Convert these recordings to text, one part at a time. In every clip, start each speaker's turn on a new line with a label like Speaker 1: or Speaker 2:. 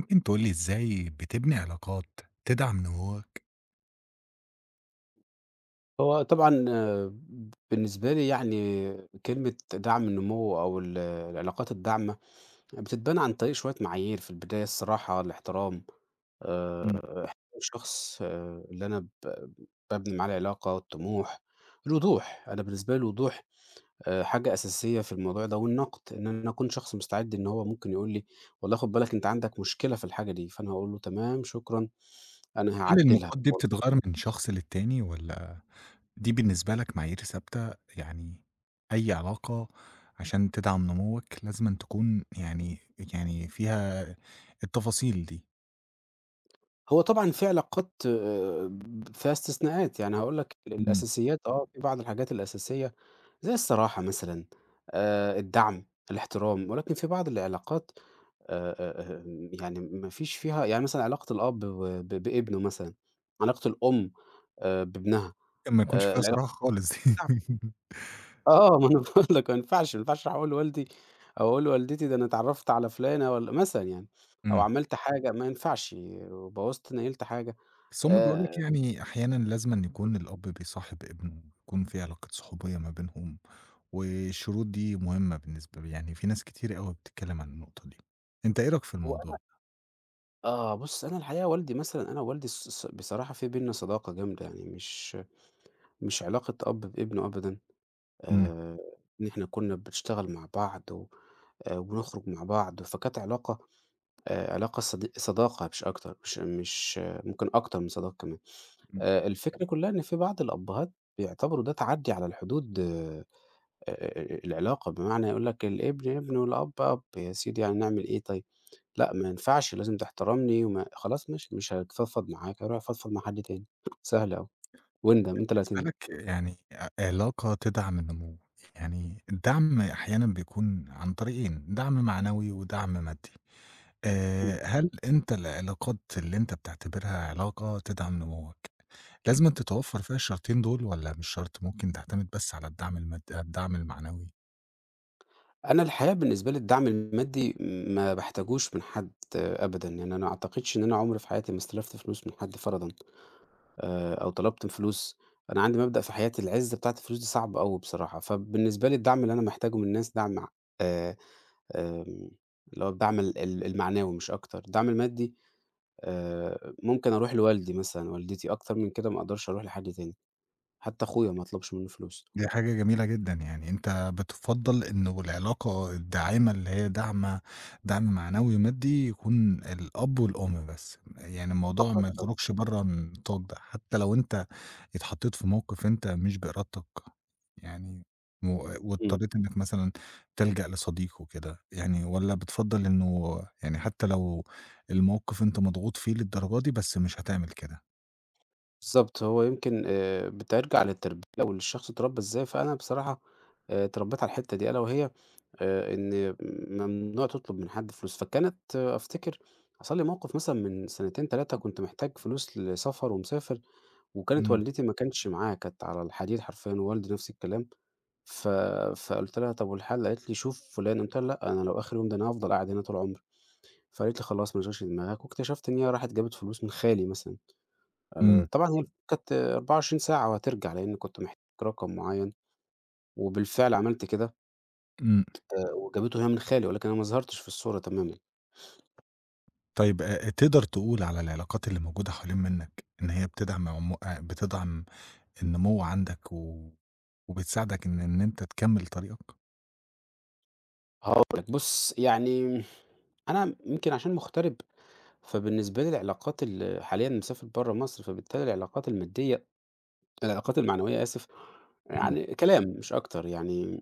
Speaker 1: ممكن تقول لي إزاي بتبني علاقات تدعم نموّك؟
Speaker 2: هو طبعًا آه، بالنسبة لي يعني كلمة دعم النمو أو العلاقات الداعمة بتتبنى عن طريق شوية معايير، في البداية الصراحة، الاحترام، آآ احترام الشخص اللي أنا بابني معاه العلاقة، الطموح، الوضوح، أنا بالنسبة لي الوضوح حاجة أساسية في الموضوع ده، والنقد، إن أنا أكون شخص مستعد إن هو ممكن يقول لي والله خُد بالك أنت عندك مشكلة في الحاجة دي، فأنا هاقول له: "تمام، شكرًا، أنا
Speaker 1: هل
Speaker 2: هاعدلها."
Speaker 1: النقاط دي بتتغيّر من شخص للتاني والّا دي بالنسبة لك معايير ثابتة؟ يعني أي علاقة عشان تدعم نموّك لازمًا تكون يعني فيها التفاصيل دي.
Speaker 2: هو طبعًا في علاقات ب فيها استثناءات، يعني هاقول لك
Speaker 1: إمم.
Speaker 2: الأساسيات آه، في بعض الحاجات الأساسية زي الصراحة مثلًا، الدعم، الاحترام، ولكن في بعض العلاقات آمم يعني ما فيش فيها يعني مثلًا علاقة الأب و ب بابنه مثلًا، علاقة الأم بابنها،
Speaker 1: ممكن ما يكونش فيها
Speaker 2: العلاقة
Speaker 1: صراحة خالص دي.
Speaker 2: الدعم آه، ما أنا باقول لك ما ينفعش، ما ينفعش أروح أقول لوالدي أو أقول لوالدتي ده أنا اتعرّفت على فلانة والّا مثلًا يعني، أو
Speaker 1: إمم.
Speaker 2: عملت حاجة ما ينفعش وبوّظت نيّلت حاجة
Speaker 1: بس هم بيقولوا لك
Speaker 2: آآ
Speaker 1: يعني أحيانًا لازمًا يكون الأب بيصاحب ابنه، يكون في علاقة صحوبية ما بينهم. والشروط دي مهمة بالنسبة لي، يعني في ناس كتير أوي بتتكلم عن النقطة دي. أنت إيه رأيك في
Speaker 2: و
Speaker 1: الموضوع؟
Speaker 2: آه، بُص أنا الحقيقة والدي مثلًا أنا ووالدي الص الص بصراحة في بيننا صداقة جامدة، يعني مش علاقة أب بابنه أبدًا،
Speaker 1: إمم،
Speaker 2: آآ إن إحنا كنا بنشتغل مع بعض و وبنخرج مع بعض، فكانت علاقة علاقة صداقة مش أكتر، مش آه، ممكن أكتر من صداقة كمان.
Speaker 1: إمم،
Speaker 2: الفكرة كلها إن في بعض الأبهات بيعتبروا ده تعدّي على الحدود العلاقة، بمعنى يقول لك الابن ابن والأب أب، يا سيدي يعني نعمل إيه طيب؟ لأ، ما ينفعش لازم تحترمني وما خلاص ماشي، مش هاتفضفض معاك، هاروح أفضفض مع حد تاني، سهلة أوي، واندم، أنت اللي
Speaker 1: بالنسبة
Speaker 2: هتندم.
Speaker 1: لك يعني علاقة تدعم النمو، يعني الدعم أحيانًا بيكون عن طريقين، دعم معنوي ودعم مادي.
Speaker 2: إمم.
Speaker 1: هل أنت العلاقات اللي أنت بتعتبرها علاقة تدعم نموك، لازمًا تتوفر فيها الشرطين دول والّا مش شرط ممكن تعتمد بس على الدعم المعنوي؟
Speaker 2: أنا الحقيقة بالنسبة لي الدعم المادي ما باحتاجوش من حد آه، أبدًا، يعني أنا ما أعتقدش إن أنا عمري في حياتي ما استلفت فلوس من حد فرضًا أو طلبت فلوس، أنا عندي مبدأ في حياتي العِزّة بتاعة الفلوس دي صعبة أوي بصراحة، فبالنسبة لي الدعم اللي أنا محتاجه من الناس دعم آآ، آمم، اللي هو الدعم ال ال المعنوي مش أكتر، الدعم المادي ممكن أروح لوالدي مثلًا، والدتي، أكتر من كده ما أقدرش أروح لحد تاني، حتى أخويا ما أطلبش منّه فلوس.
Speaker 1: دي حاجة جميلة جدًا، يعني أنت بتفضّل إنه العلاقة الداعمة اللي هي دعم معنوي ومادي يكون الأب والأم بس، يعني الموضوع
Speaker 2: فقط
Speaker 1: ما
Speaker 2: آه.
Speaker 1: يخرجش برّه النطاق ده، حتى لو أنت اتحطيت في موقف أنت مش بإرادتك يعني و
Speaker 2: إمم،
Speaker 1: واضطريت إنك مثلًا تلجأ لصديق وكده، يعني والّا بتفضّل إنه يعني حتى لو الموقف أنت مضغوط فيه للدرجة دي بس مش هتعمل كده؟
Speaker 2: بالضبط، هو يمكن بترجع للتربية والشخص اتربى إزاي، فأنا بصراحة اتربيت على الحتّة دي ألا وهي إن ممنوع تطلب من حد فلوس، فكانت آه، أفتكر حصل لي موقف مثلًا من سنتين، 3 كنت محتاج فلوس لسفر ومسافر، وكانت
Speaker 1: إمم،
Speaker 2: والدتي ما كانش معاها، كانت على الحديد حرفيًا ووالدي نفس الكلام. ف فقُلت لها: "طب والحل؟" قالت لي: "شوف فُلان." قُلت لها: "لأ، أنا لو آخر يوم ده أنا هافضل قاعدة هنا طول عمري." فقالت لي: "خلاص ما تشغلش دماغك." واكتشفت إن هي راحت جابت فلوس من خالي مثلًا،
Speaker 1: إمم،
Speaker 2: طبعًا هي الفلوس كانت 24 ساعة وهترجع، لإن كنت محتاج رقم معيّن، وبالفعل عملت كده،
Speaker 1: إمم.
Speaker 2: وجابته هي من خالي، ولكن أنا ما ظهرتش في الصورة تمامًا.
Speaker 1: طيب تقدر تقول على العلاقات اللي موجودة حوالين منك إن هي بتدعم عمو بتدعم النمو عندك و وبتساعدك إن أنت تكمّل طريقك؟
Speaker 2: هاقول لك بُص، يعني أنا يمكن عشان مغترب، فبالنسبة لي العلاقات حاليًا مسافر برّه مصر، فبالتالي العلاقات المادية العلاقات المعنوية آسف،
Speaker 1: إمم،
Speaker 2: يعني كلام مش أكتر يعني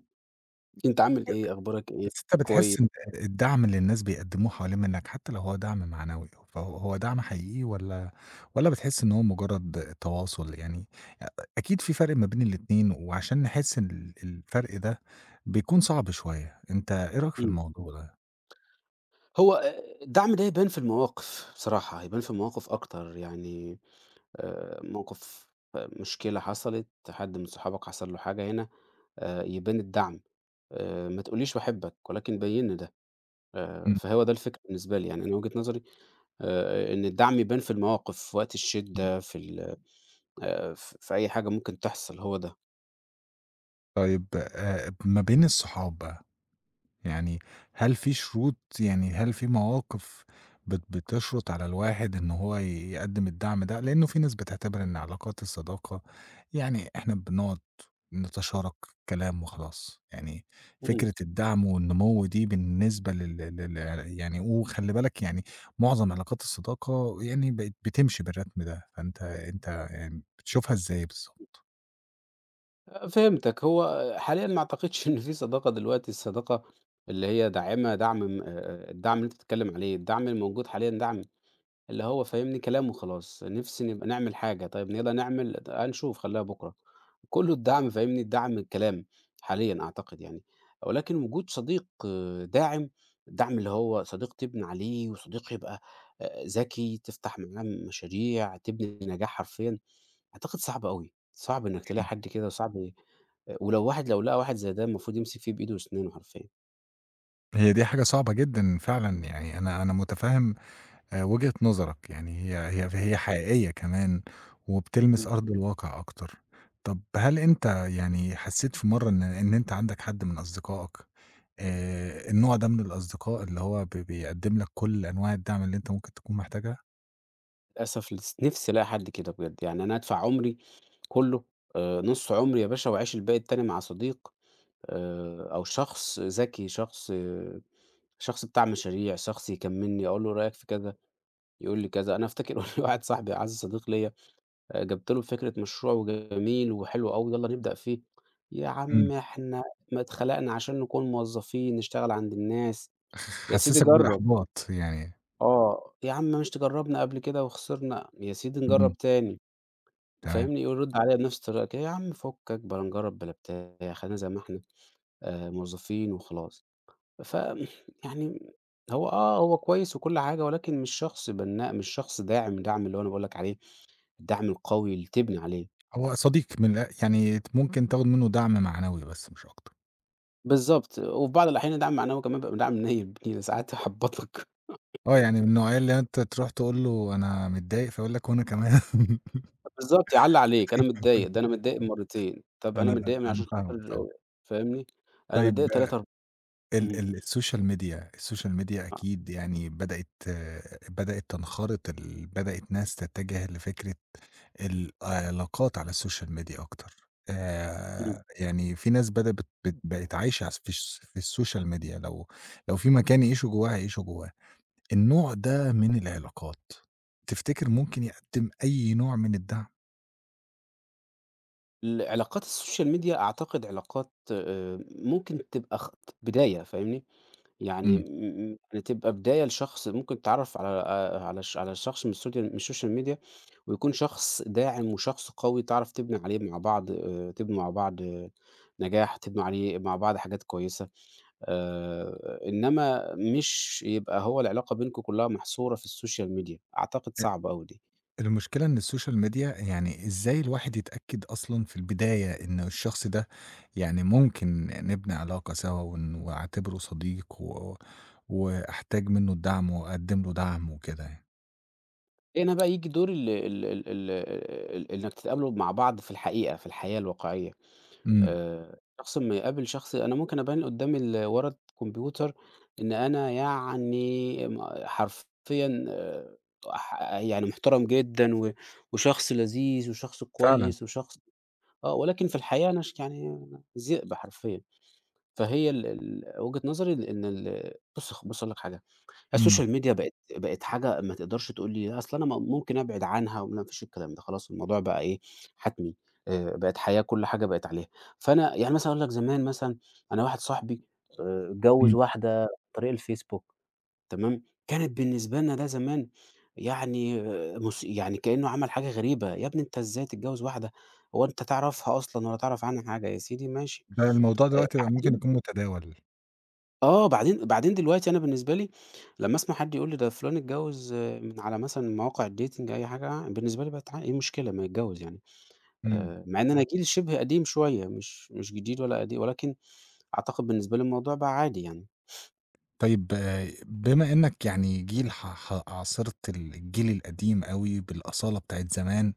Speaker 2: أنت عامل إيه، أخبارك إيه،
Speaker 1: بس أنت
Speaker 2: كويس؟
Speaker 1: بتحس إن الدعم اللي الناس بيقدموه حوالين منك حتى لو هو دعم معنوي، فهو دعم حقيقي والّا بتحس إن هو مجرد تواصل يعني؟ أ أكيد في فرق ما بين الاتنين، وعشان نحس إن الفرق ده بيكون صعب شوية، أنت إيه رأيك في
Speaker 2: إمم.
Speaker 1: الموضوع ده؟
Speaker 2: هو الدعم ده يبان في المواقف بصراحة، هيبان في المواقف أكتر، يعني موقف آه، مشكلة حصلت، حد من صحابك حصل له حاجة هنا، يبان الدعم، ما تقوليش باحبك ولكن بيّن لي ده،
Speaker 1: إمم،
Speaker 2: فهو ده الفكرة بالنسبة لي، يعني أنا وجهة نظري إن الدعم يبان في المواقف، في وقت الشدة، في ال ف في أي حاجة ممكن تحصل، هو ده.
Speaker 1: طيب ما بين الصحاب بقى يعني هل في شروط، يعني هل في مواقف بتشرُط على الواحد إن هو يقدّم الدعم ده؟ لإنه في ناس بتعتبر إن علاقات الصداقة يعني إحنا بنقعد نتشارك كلام وخلاص، يعني فكرة الدعم والنمو دي بالنسبة يعني وخلّي بالك يعني معظم علاقات الصداقة يعني بقت بتمشي بالرتم ده، فأنت يعني بتشوفها إزاي بالضبط؟
Speaker 2: أ فهمتك، هو حاليًا ما أعتقدش إن في صداقة دلوقتي، الصداقة اللي هي داعمة دعم م الدعم اللي أنت بتتكلّم عليه، الدعم الموجود حاليًا دعم اللي هو فاهمني كلام وخلاص، نِفْسي نبقى نعمل حاجة، طيب يالّا نعمل، هنشوف خلّيها بُكرة، كلّه الدعم فاهمني، الدعم الكلام حاليًا أعتقد يعني، ولكن وجود صديق آه، داعم، الدعم اللي هو صديق تبني عليه وصديق يبقى ذكي، تفتح معاه مشاريع، تبني نجاح حرفيًا، أعتقد صعب أوي، صعب إنّك تلاقي حد كده وصعب ولو واحد لو لقى واحد زي ده المفروض يمسك فيه بإيده وأسنانه حرفيًا.
Speaker 1: هي دي حاجة صعبة جدًا فعلًا، يعني أنا مُتفهِّم وجهة نظرك، يعني هي هي
Speaker 2: إمم،
Speaker 1: هي حقيقية كمان وبتلمس
Speaker 2: إمم.
Speaker 1: أرض الواقع أكتر. طب هل أنت يعني حسّيت في مرّة إن أنت عندك حد من أصدقائك النوع ده من الأصدقاء اللي هو بيقدّم لك كل أنواع الدعم اللي أنت ممكن تكون محتاجها؟
Speaker 2: للأسف نفسي ألاقي حد كده بجد، يعني أنا أدفع عمري كله نُص عمري يا باشا وأعيش الباقي التاني مع صديق أو شخص ذكي، شخص بتاع مشاريع، شخص يكمّلني، أقول له رأيك في كذا، يقول لي كذا. أنا أفتكر واحد صاحبي أعز صديق ليّا جِبت له فكرة مشروع جميل وحلو أوي، يالّا نبدأ فيه. يا
Speaker 1: إمم.
Speaker 2: عم إحنا ما اتخلقنا عشان نكون موظفين، نشتغل عند الناس، يا سيدي
Speaker 1: حسّسك
Speaker 2: جرّب.
Speaker 1: بالإحباط يعني.
Speaker 2: آه، يا عم مش تجرّبنا قبل كده وخسرنا، يا سيدي نجرّب
Speaker 1: إمم،
Speaker 2: تاني
Speaker 1: تمام.
Speaker 2: فاهمني، يرُد عليَّ بنفس الطريقة كده، يا عم فُكّك بلا نجرّب بلا بتاع، خلّينا زي ما إحنا موظفين وخلاص. ف يعني هو آه، هو كويس وكل حاجة ولكن مش شخص بنّاء، مش شخص داعم، دعم اللي هو أنا باقول لك عليه، الدعم القوي اللي تبني عليه.
Speaker 1: هو صديق من الآ يعني ممكن تاخُد منّه دعم معنوي بس مش أكتر.
Speaker 2: بالضبط، وفي بعض الأحيان الدعم المعنوي كمان بيبقى دعم نيّل بنيلة، ساعات يحبّطك
Speaker 1: آه، يعني من النوعية اللي أنت تروح تقول له أنا متضايق فيقول لك وأنا كمان.
Speaker 2: بالضبط، يعلّي عليك، أنا متضايق، ده أنا متضايق مرّتين، طب أنا
Speaker 1: أنا
Speaker 2: متضايق من
Speaker 1: أنا
Speaker 2: عشان
Speaker 1: فاهمك طبعًا.
Speaker 2: خاطر فاهمني، أنا
Speaker 1: طيب
Speaker 2: متضايق تلاتة
Speaker 1: ال
Speaker 2: اهم،
Speaker 1: ال السوشيال ميديا، السوشيال ميديا
Speaker 2: آه،
Speaker 1: أكيد يعني بدأت بدأت تنخرط ال بدأت ناس تتجه لفكرة العلاقات على السوشيال ميديا أكتر،
Speaker 2: إمم،
Speaker 1: يعني في ناس بدأت بت بت بقت عايشة في السوشيال ميديا لو في مكان يعيشوا جواه هيعيشوا جواه، النوع ده من العلاقات تفتكر ممكن يقدم أي نوع من الدعم؟
Speaker 2: العلاقات السوشيال ميديا أعتقد علاقات ممكن تبقى بداية فاهمني، يعني م
Speaker 1: إمم.
Speaker 2: م يعني تبقى بداية لشخص ممكن تتعرف على على ش على شخص من السوديال من السوشيال ميديا ويكون شخص داعم وشخص قوي تعرف تبني عليه مع بعض تبنوا مع بعض آه، نجاح، تبنوا عليه مع بعض حاجات كويسة إنما مش يبقى هو العلاقة بينكم كلها محصورة في السوشيال ميديا، أعتقد صعبة أوي دي.
Speaker 1: المشكلة إن السوشيال ميديا يعني إزاي الواحد يتأكد أصلًا في البداية إن الشخص ده يعني ممكن نبني علاقة سوا وأعتبره صديق و وأحتاج منه الدعم وأقدّم له دعم وكده يعني.
Speaker 2: هنا بقى ييجي دور ال إنك تتقابلوا مع بعض في الحقيقة، في الحياة الواقعية،
Speaker 1: إمم،
Speaker 2: شخص أمّا يقابل شخص أنا ممكن أبان قدّام ورا الكمبيوتر إن أنا يعني م حرفيًا ح يعني محترم جدًا وشخص لذيذ وشخص
Speaker 1: فعلًا،
Speaker 2: كويس وشخص آه، ولكن في الحقيقة أنا يعني ذئب حرفيًا، فهي ال ال وجهة نظري إن بُص بُص هاقول لك حاجة
Speaker 1: إمم،
Speaker 2: السوشيال ميديا بقت حاجة ما تقدرش تقول لي أصل أنا م ممكن أبعد عنها وما فيش الكلام ده، خلاص الموضوع بقى إيه، حتمي بقت حياة كل حاجة بقت عليها. فأنا يعني مثلًا أقول لك زمان مثلًا أنا واحد صاحبي اتجوّز
Speaker 1: إمم،
Speaker 2: واحدة عن طريق الفيسبوك تمام، كانت بالنسبة لنا ده زمان يعني آه، يعني كإنه عمل حاجة غريبة، يا ابني أنت إزاي تتجوّز واحدة هو أنت تعرفها أصلًا ولا تعرف عنها حاجة؟ يا سيدي ماشي.
Speaker 1: ده الموضوع دلوقتي بقى ممكن
Speaker 2: بعدين
Speaker 1: يكون متداول،
Speaker 2: آه، بعدين دلوقتي أنا بالنسبة لي لمّا أسمع حد يقول لي ده فلان اتجوّز آه، من على مثلًا مواقع الdating أي حاجة، بالنسبة لي بقت إيه المشكلة ما يتجوّز يعني،
Speaker 1: إمم.
Speaker 2: مع إن أنا جيل شبه قديم شوية مش جديد ولا قدي ولكن أعتقد بالنسبة لي الموضوع بقى عادي يعني.
Speaker 1: طيب بما إنك يعني جيل ح ح عاصرت الجيل القديم أوي بالأصالة بتاعة زمان،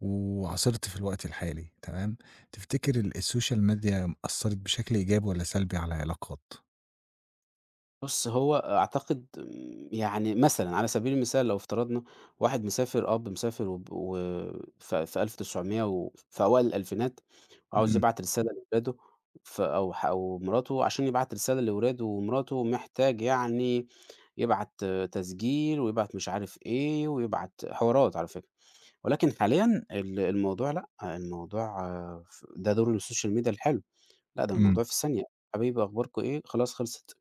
Speaker 1: وعاصرت في الوقت الحالي تمام، تفتكر السوشيال ميديا أثّرت بشكل إيجابي والّا سلبي على العلاقات؟
Speaker 2: بُص، هو أعتقد آمم، يعني مثلًا على سبيل المثال لو افترضنا واحد مسافر وب و ف في 1900 و في أوائل الألفينات وعاوز
Speaker 1: إمم،
Speaker 2: يبعت رسالة لولاده ف أو ح أو مراته، عشان يبعت رسالة لولاده ومراته محتاج يعني يبعت آه، تسجيل ويبعت مش عارف إيه، ويبعت حوارات على فكرة. ولكن حاليًا الموضوع لأ، الموضوع آه، ده دور السوشيال ميديا الحلو، لأ ده
Speaker 1: إمم،
Speaker 2: الموضوع في ثانية، حبايبي أخباركم إيه؟ خلاص خلصت.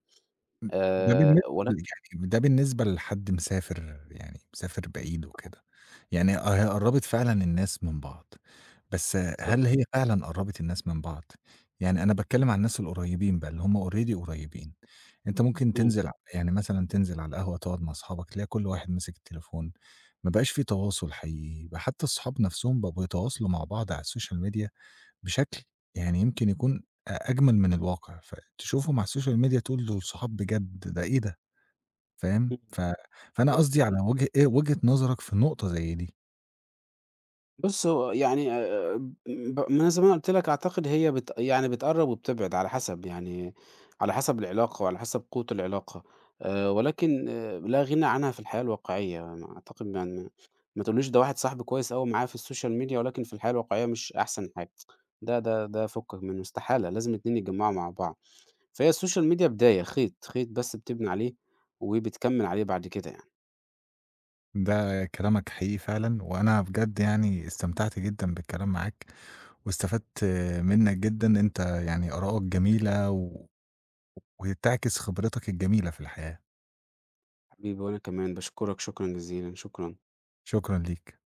Speaker 1: ده بالنسبة
Speaker 2: ولكن
Speaker 1: ده بالنسبة لحد مسافر يعني مسافر بعيد وكده. يعني هي قرّبت فعلًا الناس من بعض، بس
Speaker 2: بالضبط،
Speaker 1: هل هي فعلًا قرّبت الناس من بعض؟ يعني أنا باتكلّم عن الناس القريّبين بقى اللي هم already قريّبين، أنت ممكن
Speaker 2: إمم،
Speaker 1: تنزل يعني مثلًا تنزل على القهوة تقعد مع أصحابك تلاقي كل واحد ماسك التليفون، ما بقاش في تواصل حقيقي، بقى حتى الصحاب نَفْسهم بقوا بيتواصلوا مع بعض على السوشيال ميديا بشكل يعني يمكن يكون أجمل من الواقع، فتشوفهم على السوشيال ميديا تقول دول صحاب بجد، ده إيه ده، فاهم؟
Speaker 2: إمم،
Speaker 1: فأنا
Speaker 2: فهمت.
Speaker 1: قصدي على وجه إيه وجهة نظرك في نقطة زي دي.
Speaker 2: بُص هو يعني ب ما زي ما أنا قُلت لك أعتقد هي يعني بتقرّب وبتبعد على حسب يعني على حسب العلاقة وعلى حسب قوة العلاقة ولكن آه، لا غنى عنها في الحياة الواقعية، ما أعتقد يعني ما تقوليش ده واحد صاحبي كويس أوي معايا في السوشيال ميديا ولكن في الحياة الواقعية مش أحسن حاجة، ده فكك منه استحالة، لازم الاتنين يتجمعوا مع بعض، فهي السوشيال ميديا بداية، خيط، خيط بس بتبني عليه وبتكمّل عليه بعد كده يعني.
Speaker 1: ده كلامك حقيقي فعلًا، وأنا بجد يعني استمتعت جدًا بالكلام معاك، واستفدت منّك جدًا، أنت يعني آرائك جميلة و وبتعكس خبرتك الجميلة في الحياة،
Speaker 2: حبيبي وأنا كمان باشكرك شكرًا جزيلًا، شكرًا.
Speaker 1: شكرًا ليك.